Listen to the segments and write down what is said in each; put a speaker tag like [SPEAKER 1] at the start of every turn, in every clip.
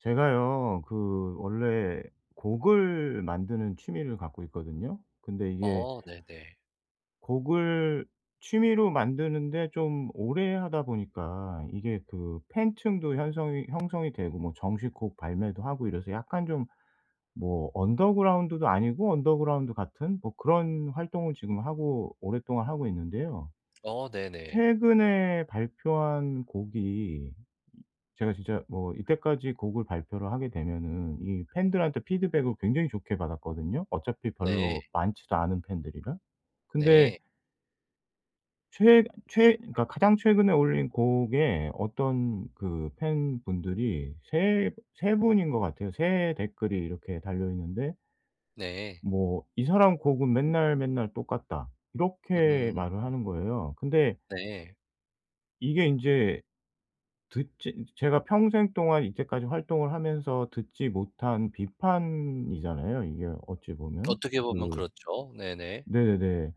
[SPEAKER 1] 제가요. 그 원래 곡을 만드는 취미를 갖고 있거든요. 근데 이게
[SPEAKER 2] 어 네네.
[SPEAKER 1] 곡을 취미로 만드는데 좀 오래 하다 보니까 이게 그 팬층도 형성이 되고 뭐 정식 곡 발매도 하고 이래서 약간 좀 뭐 언더그라운드도 아니고 언더그라운드 같은 뭐 그런 활동을 지금 하고 오랫동안 하고 있는데요.
[SPEAKER 2] 어 네네.
[SPEAKER 1] 최근에 발표한 곡이 제가 진짜 뭐 이때까지 곡을 발표를 하게 되면은 이 팬들한테 피드백을 굉장히 좋게 받았거든요. 어차피
[SPEAKER 2] 네.
[SPEAKER 1] 별로 많지도 않은 팬들이라. 근데
[SPEAKER 2] 네.
[SPEAKER 1] 최 최 그러니까 가장 최근에 올린 곡에 어떤 그 팬분들이 세 분인 것 같아요. 세 댓글이 이렇게 달려 있는데
[SPEAKER 2] 네.
[SPEAKER 1] 뭐 "이 사람 곡은 맨날, 맨날 똑같다." 이렇게
[SPEAKER 2] 음
[SPEAKER 1] 말을 하는 거예요. 근데
[SPEAKER 2] 네.
[SPEAKER 1] 이게 인제 듣지 제가 평생 동안 이때까지 활동을 하면서 듣지 못한 비판이잖아요, 이게 어찌 보면.
[SPEAKER 2] 어떻게 보면
[SPEAKER 1] 그
[SPEAKER 2] 그렇죠. 네네.
[SPEAKER 1] 네네네.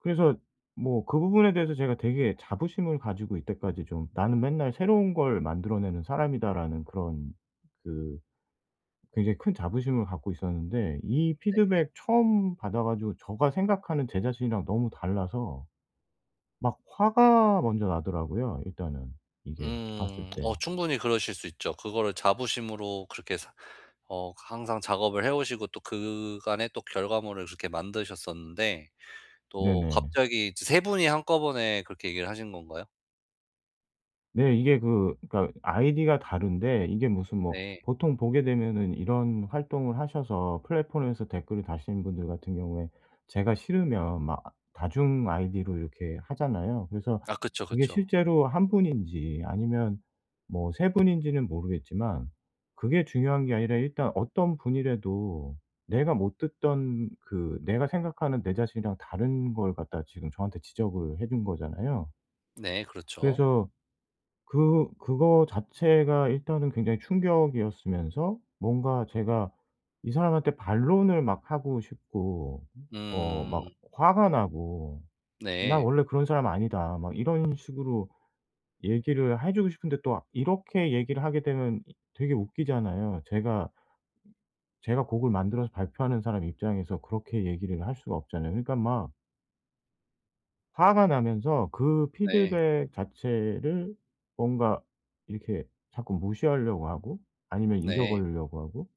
[SPEAKER 1] 그래서 뭐 그 부분에 대해서 제가 되게 자부심을 가지고 이때까지 좀 '나는 맨날 새로운 걸 만들어내는 사람이다.'라는 그런 그 굉장히 큰 자부심을 갖고 있었는데 이 피드백 처음 받아 가지고 제가 생각하는 제 자신이랑 너무 달라서 막 화가 먼저 나더라고요, 일단은 이게 봤을
[SPEAKER 2] 음.
[SPEAKER 1] 때.
[SPEAKER 2] 충분히 그러실 수 있죠. 그거를 자부심으로 그렇게 사 어 항상 작업을 해 오시고 또 그간의 또 결과물을 그렇게 만드셨었는데 또
[SPEAKER 1] 네네.
[SPEAKER 2] 갑자기 이제 세 분이 한꺼번에 그렇게 얘기를 하신 건가요?
[SPEAKER 1] 네. 이게 그러니까 아이디가 다른데 이게 무슨 뭐
[SPEAKER 2] 네.
[SPEAKER 1] 보통 보게 되면은 이런 활동을 하셔서 플랫폼에서 댓글을 다시는 분들 같은 경우에 제가 싫으면 막 다중 아이디로 이렇게 하잖아요. 그래서
[SPEAKER 2] 아 그쵸,
[SPEAKER 1] 그게
[SPEAKER 2] 그쵸.
[SPEAKER 1] 실제로 한 분인지 아니면 뭐 세 분인지는 모르겠지만 그게 중요한 게 아니라 일단 어떤 분이라도 내가 못 듣던 그 내가 생각하는 내 자신이랑 다른 걸 갖다 지금 저한테 지적을 해준 거잖아요.
[SPEAKER 2] 네 그렇죠.
[SPEAKER 1] 그래서 그거 자체가 일단은 굉장히 충격이었으면서 뭔가 제가 이 사람한테 반론을 막 하고 싶고 막
[SPEAKER 2] 음.
[SPEAKER 1] 화가 나고 '나
[SPEAKER 2] 네.
[SPEAKER 1] 원래 그런 사람 아니다.' 막 이런 식으로 얘기를 해 주고 싶은데 또 이렇게 얘기를 하게 되면 이 되게 웃기잖아요. 제가 곡을 만들어서 발표하는 사람 입장에서 그렇게 얘기를 할 수가 없잖아요. 그러니까 막 화가 나면서 그
[SPEAKER 2] 네.
[SPEAKER 1] 피드백 자체를 뭔가 이렇게 자꾸 무시하려고 하고 아니면
[SPEAKER 2] 네.
[SPEAKER 1] 잊어버리려고 하고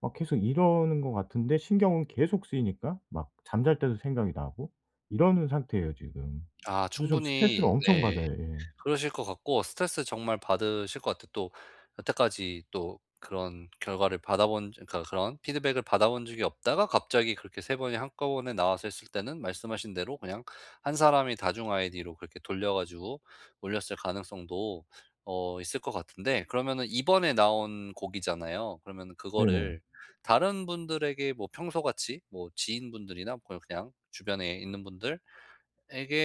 [SPEAKER 1] 막 계속 이러는 것 같은데 신경은 계속 쓰이니까 막 잠잘 때도 생각이 나고 이러는 상태예요 지금.
[SPEAKER 2] 아
[SPEAKER 1] 그래서 좀 스트레스를
[SPEAKER 2] 충분히
[SPEAKER 1] 엄청
[SPEAKER 2] 네.
[SPEAKER 1] 받아요. 예.
[SPEAKER 2] 그러실 것 같고 스트레스 정말 받으실 것 같아요. 또 여태까지 또 그런 결과를 받아본 그러니까 그런 피드백을 받아본 적이 없다가 갑자기 그렇게 세 번이 한꺼번에 나와서 했을 때는 말씀하신 대로 그냥 한 사람이 다중 아이디로 그렇게 돌려 가지고 올렸을 가능성도 있을 것 같은데, 그러면은 이번에 나온 곡이잖아요. 그러면
[SPEAKER 1] 네네.
[SPEAKER 2] 그거를 다른 분들에게 뭐 평소같이 뭐 지인분들이나 뭐 그냥 주변에 있는 분들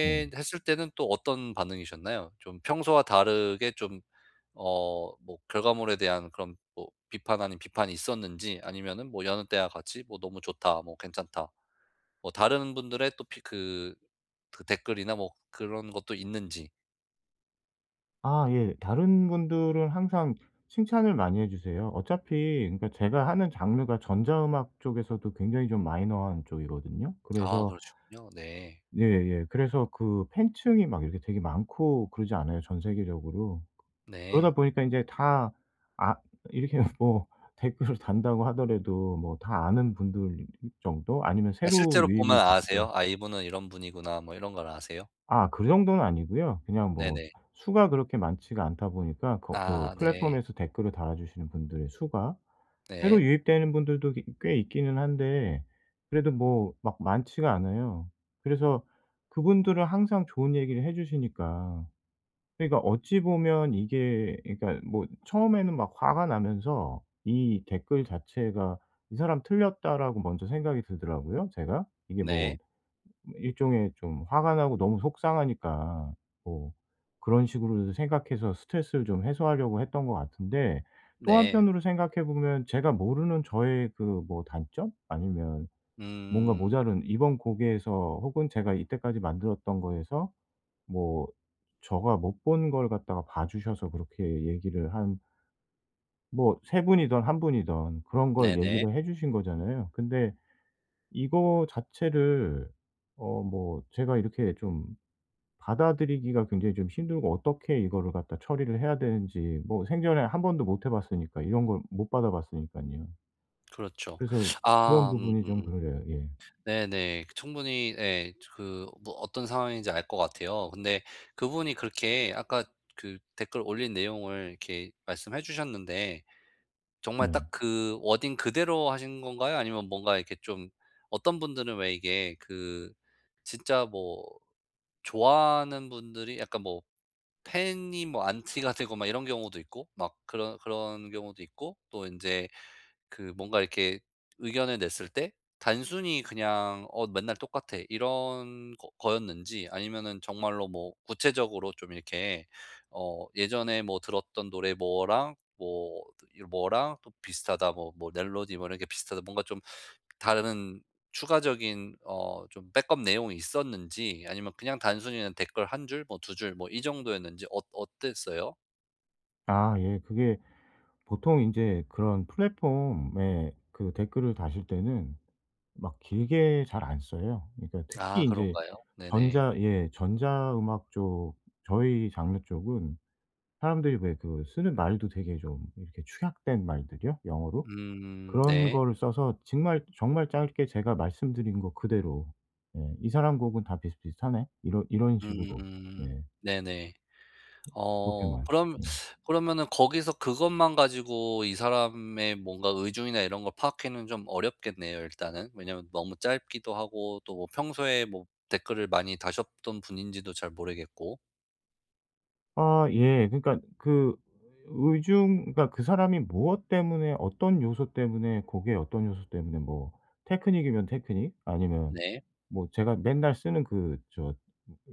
[SPEAKER 1] 네.
[SPEAKER 2] 했을 때는 또 어떤 반응이셨나요? 좀 평소와 다르게 좀 뭐 결과물에 대한 그런 뭐 비판 아닌 비판이 있었는지, 아니면은 뭐 여느 때와 같이 뭐 "너무 좋다.", 뭐 "괜찮다.", 뭐 다른 분들의 또 피 그 댓글이나 뭐 그런 것도 있는지.
[SPEAKER 1] 아 예. 다른 분들은 항상 칭찬을 많이 해 주세요. 어차피 그러니까 제가 하는 장르가 전자음악 쪽에서도 굉장히 좀 마이너한 쪽이거든요.
[SPEAKER 2] 아
[SPEAKER 1] 그래서
[SPEAKER 2] 그러시군요. 네.
[SPEAKER 1] 예예. 그래서 그 팬층이 막 이렇게 되게 많고 그러지 않아요, 전 세계적으로.
[SPEAKER 2] 네.
[SPEAKER 1] 그러다 보니까 인제 다 아 이렇게 뭐 댓글을 단다고 하더라도 뭐 다 아는 분들 정도 아니면
[SPEAKER 2] 아
[SPEAKER 1] 새로
[SPEAKER 2] 실제로 보면
[SPEAKER 1] 유입이 되시던.
[SPEAKER 2] 아세요? '아 이분은 이런 분이구나.' 뭐 이런 걸 아세요?
[SPEAKER 1] 아 그 정도는 아니고요. 그냥 뭐 수
[SPEAKER 2] 네네.
[SPEAKER 1] 수가 그렇게 많지가 않다 보니까 거 그
[SPEAKER 2] 아 네.
[SPEAKER 1] 플랫폼에서 댓글을 달아주시는 분들의 수가. 새로
[SPEAKER 2] 네.
[SPEAKER 1] 유입되는 분들도 꽤 있기는 한데 그래도 뭐 막 많지가 않아요. 그래서 그분들은 항상 좋은 얘기를 해 주시니까 그러니까 어찌 보면 이게 그러니까 뭐 처음에는 막 화가 나면서 이 댓글 자체가 '이 사람 틀렸다.'라고 먼저 생각이 들더라고요 제가. 이게
[SPEAKER 2] 네.
[SPEAKER 1] 뭐 일종의 좀 화가 나고 너무 속상하니까 뭐 그런 식으로 생각해서 스트레스를 좀 해소하려고 했던 것 같은데 또
[SPEAKER 2] 네.
[SPEAKER 1] 한편으로 생각해 보면 제가 모르는 저의 그 뭐 단점? 아니면 뭔가
[SPEAKER 2] 음.
[SPEAKER 1] 모자른 이번 곡에서 혹은 제가 이때까지 만들었던 거에서 뭐 제가 못 본 걸 갖다가 봐 주셔서 그렇게 얘기를 한 뭐 세 분이든 한 분이든 그런 걸
[SPEAKER 2] 네네.
[SPEAKER 1] 얘기를 해 주신 거잖아요. 근데 이거 자체를 뭐 제가 이렇게 좀 받아들이기가 굉장히 좀 힘들고 어떻게 이거를 갖다 처리를 해야 되는지 뭐 생전에 한 번도 못 해 봤으니까 이런 걸 못 받아 봤으니깐요.
[SPEAKER 2] 그렇죠.
[SPEAKER 1] 그래서 그런
[SPEAKER 2] 아
[SPEAKER 1] 부분이 좀 그
[SPEAKER 2] 음음.
[SPEAKER 1] 래요 예.
[SPEAKER 2] 네네. 충분히 예 그 뭐 어떤 상황인지 알 것 같아요. 근데 그분이 그렇게 아까 그 댓글 올린 내용을 이렇게 말씀해 주셨는데, 정말
[SPEAKER 1] 네.
[SPEAKER 2] 딱 그 워딩 그대로 하신 건가요? 아니면 뭔가 이렇게 좀, 어떤 분들은 왜 이게 그 진짜 뭐 좋아하는 분들이 약간 뭐 팬이 뭐 안티가 되고 막 이런 경우도 있고 막 그런 경우도 있고, 또 인제 그 뭔가 이렇게 의견을 냈을 때 단순히 그냥 "어 맨날 똑같아." 이런 거 거였는지, 아니면은 정말로 뭐 구체적으로 좀 이렇게 "예전에 뭐 들었던 노래 뭐랑 뭐랑 또 비슷하다.", 뭐 뭐 멜로디 뭐 이렇게 비슷하다. 뭔가 좀 다른 추가적인 좀 백업 내용이 있었는지, 아니면 그냥 단순히 그냥 댓글 한 줄 뭐 두 줄 뭐 이 정도였는지 어땠어요?
[SPEAKER 1] 아 예. 그게 보통 인제 그런 플랫폼에 그 댓글을 다실 때는 막 길게 잘 안 써요. 그러니까
[SPEAKER 2] 아
[SPEAKER 1] 특히 인제
[SPEAKER 2] 그런가요? 네네.
[SPEAKER 1] 전자 예 전자 음악 쪽 저희 장르 쪽은 사람들이 왜 그 쓰는 말도 되게 좀 이렇게 축약된 말들이요 영어로. 그런
[SPEAKER 2] 네.
[SPEAKER 1] 거를 써서 정말 정말 짧게 제가 말씀드린 거 그대로 예 "이 사람 곡은 다 비슷비슷하네." 이런 식으로.
[SPEAKER 2] 음.
[SPEAKER 1] 예.
[SPEAKER 2] 네네.
[SPEAKER 1] 렇게
[SPEAKER 2] 어
[SPEAKER 1] 만
[SPEAKER 2] 그럼
[SPEAKER 1] 예.
[SPEAKER 2] 그러면은 거기서 그것만 가지고 이 사람의 뭔가 의중이나 이런 걸 파악하기는 좀 어렵겠네요, 일단은. 왜냐면 너무 짧기도 하고 또 뭐 평소에 뭐 댓글을 많이 다셨던 분인지도 잘 모르겠고.
[SPEAKER 1] 아 예. 그러니까 그 의중 그러니까 그 사람이 무엇 때문에 어떤 요소 때문에 곡의 어떤 요소 때문에 뭐 테크닉이면 테크닉 아니면
[SPEAKER 2] 네.
[SPEAKER 1] 뭐 제가 맨날 쓰는 그 저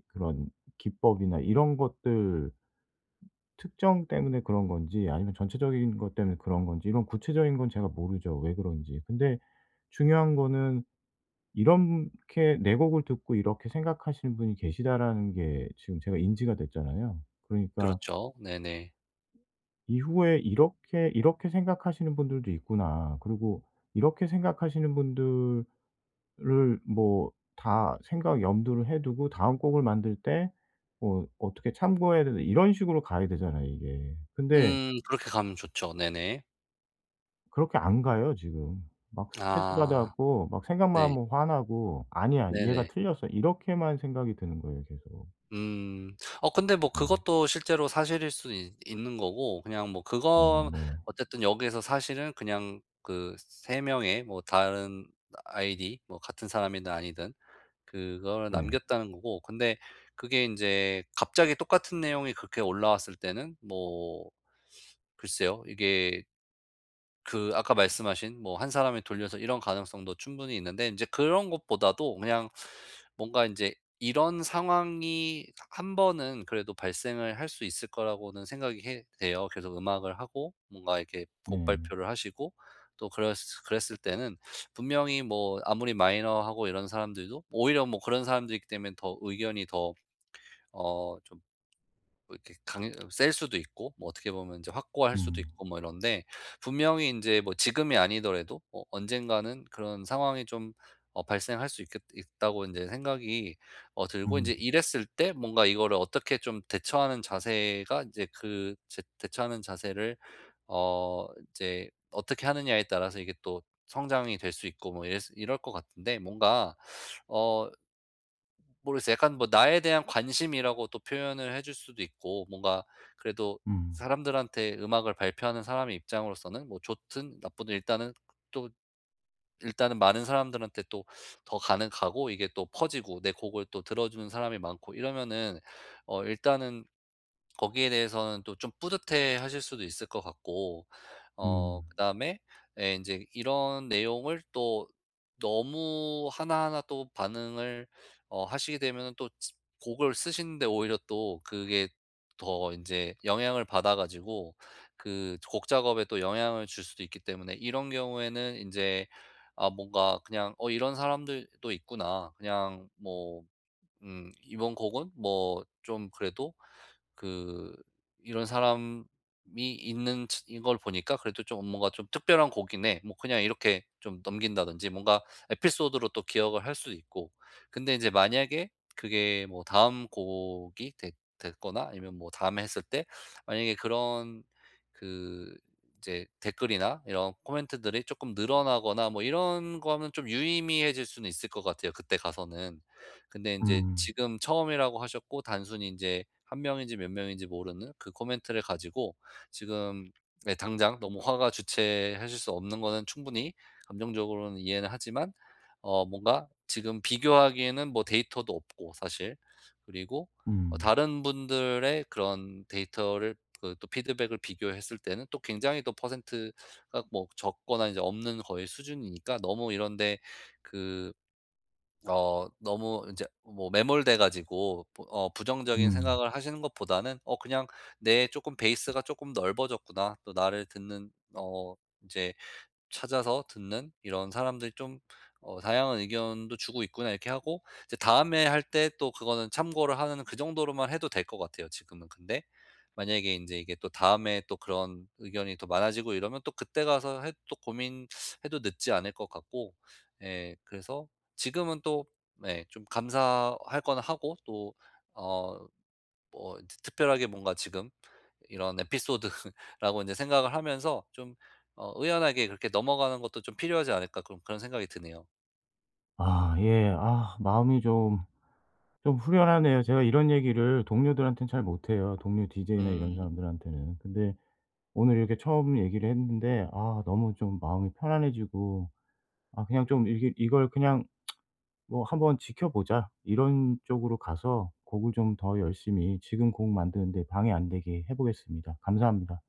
[SPEAKER 1] 그런 기법이나 이런 것들 특정 때문에 그런 건지 아니면 전체적인 것 때문에 그런 건지 이런 구체적인 건 제가 모르죠, 왜 그런지. 근데 중요한 거는 이렇게 내 곡을 듣고 이렇게 생각하시는 분이 계시다라는 게 지금 제가 인지가 됐잖아요. 그러니까
[SPEAKER 2] 그렇죠. 네네.
[SPEAKER 1] 이후에 이렇게, '이렇게 생각하시는 분들도 있구나.' 그리고 이렇게 생각하시는 분들을 뭐 다 생각 염두를 해 두고 다음 곡을 만들 때 뭐 어떻게 참고해야 되나 이런 식으로 가야 되잖아요, 이게. 근데
[SPEAKER 2] 그렇게 가면 좋죠. 네네.
[SPEAKER 1] 그렇게 안 가요 지금. 막 스트레스 받아
[SPEAKER 2] 아.
[SPEAKER 1] 갖고 막 생각만
[SPEAKER 2] 네.
[SPEAKER 1] 하면 화나고 '아니야. 얘가
[SPEAKER 2] 네네.
[SPEAKER 1] 틀렸어.' 이렇게만 생각이 드는 거예요 계속.
[SPEAKER 2] 음. 근데 뭐
[SPEAKER 1] 네.
[SPEAKER 2] 그것도 실제로 사실일 수 있 있는 거고, 그냥 뭐
[SPEAKER 1] 아
[SPEAKER 2] 그거
[SPEAKER 1] 네.
[SPEAKER 2] 어쨌든 여기에서 사실은 그냥 그 세 명의 뭐 다른 아이디 뭐 같은 사람이든 아니든 그걸
[SPEAKER 1] 네.
[SPEAKER 2] 남겼다는 거고, 근데 그게 인제 갑자기 똑같은 내용이 그렇게 올라왔을 때는 뭐 글쎄요. 이게 그 아까 말씀하신 뭐 한 사람이 돌려서 이런 가능성도 충분히 있는데, 인제 그런 것보다도 그냥 뭔가 인제 이런 상황이 한 번은 그래도 발생을 할 수 있을 거라고는 생각이 해 돼요. 계속 음악을 하고 뭔가 이렇게 곡
[SPEAKER 1] 네.
[SPEAKER 2] 발표를 하시고 또 그랬을 때는 분명히 뭐 아무리 마이너하고 이런 사람들도 오히려 뭐 그런 사람들이기 때문에 더 의견이 더어좀 뭐 이렇게 강 셀 수도 있고, 뭐 어떻게 보면 이제 확고할 수도
[SPEAKER 1] 음.
[SPEAKER 2] 있고 뭐 이런데, 분명히 인제 뭐 지금이 아니더라도 언젠가는 그런 상황이 좀 발생할 수 있겠 있다고 인제 생각이 들고,
[SPEAKER 1] 음.
[SPEAKER 2] 인제 이랬을 때 뭔가 이거를 어떻게 좀 대처하는 자세가 인제 그 제 대처하는 자세를 이제 어떻게 하느냐에 따라서 이게 또 성장이 될 수 있고 뭐 이랬을 이럴 것 같은데, 뭔가 어 모르겠어요. 약간 뭐 나에 대한 관심이라고 또 표현을 해줄 수도 있고, 뭔가 그래도
[SPEAKER 1] 음.
[SPEAKER 2] 사람들한테 음악을 발표하는 사람의 입장으로서는 뭐 좋든 나쁘든 일단은 또 일단은 많은 사람들한테 또 더 가는 가고 이게 또 퍼지고 내 곡을 또 들어주는 사람이 많고 이러면은 일단은 거기에 대해서는 또 좀 뿌듯해 하실 수도 있을 것 같고,
[SPEAKER 1] 음.
[SPEAKER 2] 그다음에 예제 이런 내용을 또 너무 하나하나 또 반응을 하시게 되면은 또 곡을 쓰시는데 오히려 또 그게 더 이제 영향을 받아 가지고 그 곡 작업에 또 영향을 줄 수도 있기 때문에, 이런 경우에는 이제 아 뭔가 그냥 '어 이런 사람들도 있구나.' 그냥 뭐 '이번 곡은 뭐 좀 그래도 그 이런 사람이 있는 츠 이걸 보니까 그래도 좀 뭔가 좀 특별한 곡이네.' 뭐 그냥 이렇게 좀 넘긴다든지, 뭔가 에피소드로 또 기억을 할 수도 있고. 근데 이제 만약에 그게 뭐 다음 곡이 됐거나 아니면 뭐 다음에 했을 때 만약에 그런 그 이제 댓글이나 이런 코멘트들이 조금 늘어나거나 뭐 이런 거 하면 좀 유의미해질 수는 있을 것 같아요, 그때 가서는. 근데 인제
[SPEAKER 1] 음.
[SPEAKER 2] 지금 처음이라고 하셨고, 단순히 인제 한 명인지 몇 명인지 모르는 그 코멘트를 가지고 지금, 네, 당장 너무 화가 주체하실 수 없는 거는 충분히 감정적으로는 이해는 하지만, 뭔가 지금 비교하기에는 뭐 데이터도 없고 사실. 그리고
[SPEAKER 1] 음.
[SPEAKER 2] 다른 분들의 그런 데이터를 그 또 피드백을 비교했을 때는 또 굉장히 또 퍼센트가 뭐 적거나 인제 없는 거의 수준이니까, 너무 이런 데그 너무 이제 뭐 매몰돼 가지고 부 어 부정적인
[SPEAKER 1] 음.
[SPEAKER 2] 생각을 하시는 것보다는 그냥 '내 조금 베이스가 조금 넓어졌구나.' 또 나를 듣는 어이제 찾아서 듣는 이런 사람들이 좀 '다양한 의견도 주고 있구나.' 이렇게 하고 이제 다음에 할 때 또 그거는 참고를 하는, 그 정도로만 해도 될 것 같아요 지금은. 근데 만약에 이제 이게 또 다음에 또 그런 의견이 더 많아지고 이러면 또 그때 가서 해 또 고민해도 늦지 않을 것 같고, 예 그래서 지금은 또 예 좀 감사할 거 하고, 또 어 뭐 특별하게 뭔가 지금 이런 에피소드라고 이제 생각을 하면서, 좀 '의연하게 그렇게 넘어가는 것도 좀 필요하지 않을까.' 그런 생각이 드네요.
[SPEAKER 1] 아 예. 아 마음이 좀 후련하네요. 제가 이런 얘기를 동료들한테는 잘 못 해요, 동료 디제이나 이런
[SPEAKER 2] 음.
[SPEAKER 1] 사람들한테는. 근데 오늘 이렇게 처음 얘기를 했는데 아 너무 좀 마음이 편안해지고 아 그냥 좀 이게 이걸 그냥 뭐 '한번 지켜보자.' 이런 쪽으로 가서 곡을 좀 더 열심히 지금 곡 만드는데 방해 안 되게 해 보겠습니다. 감사합니다.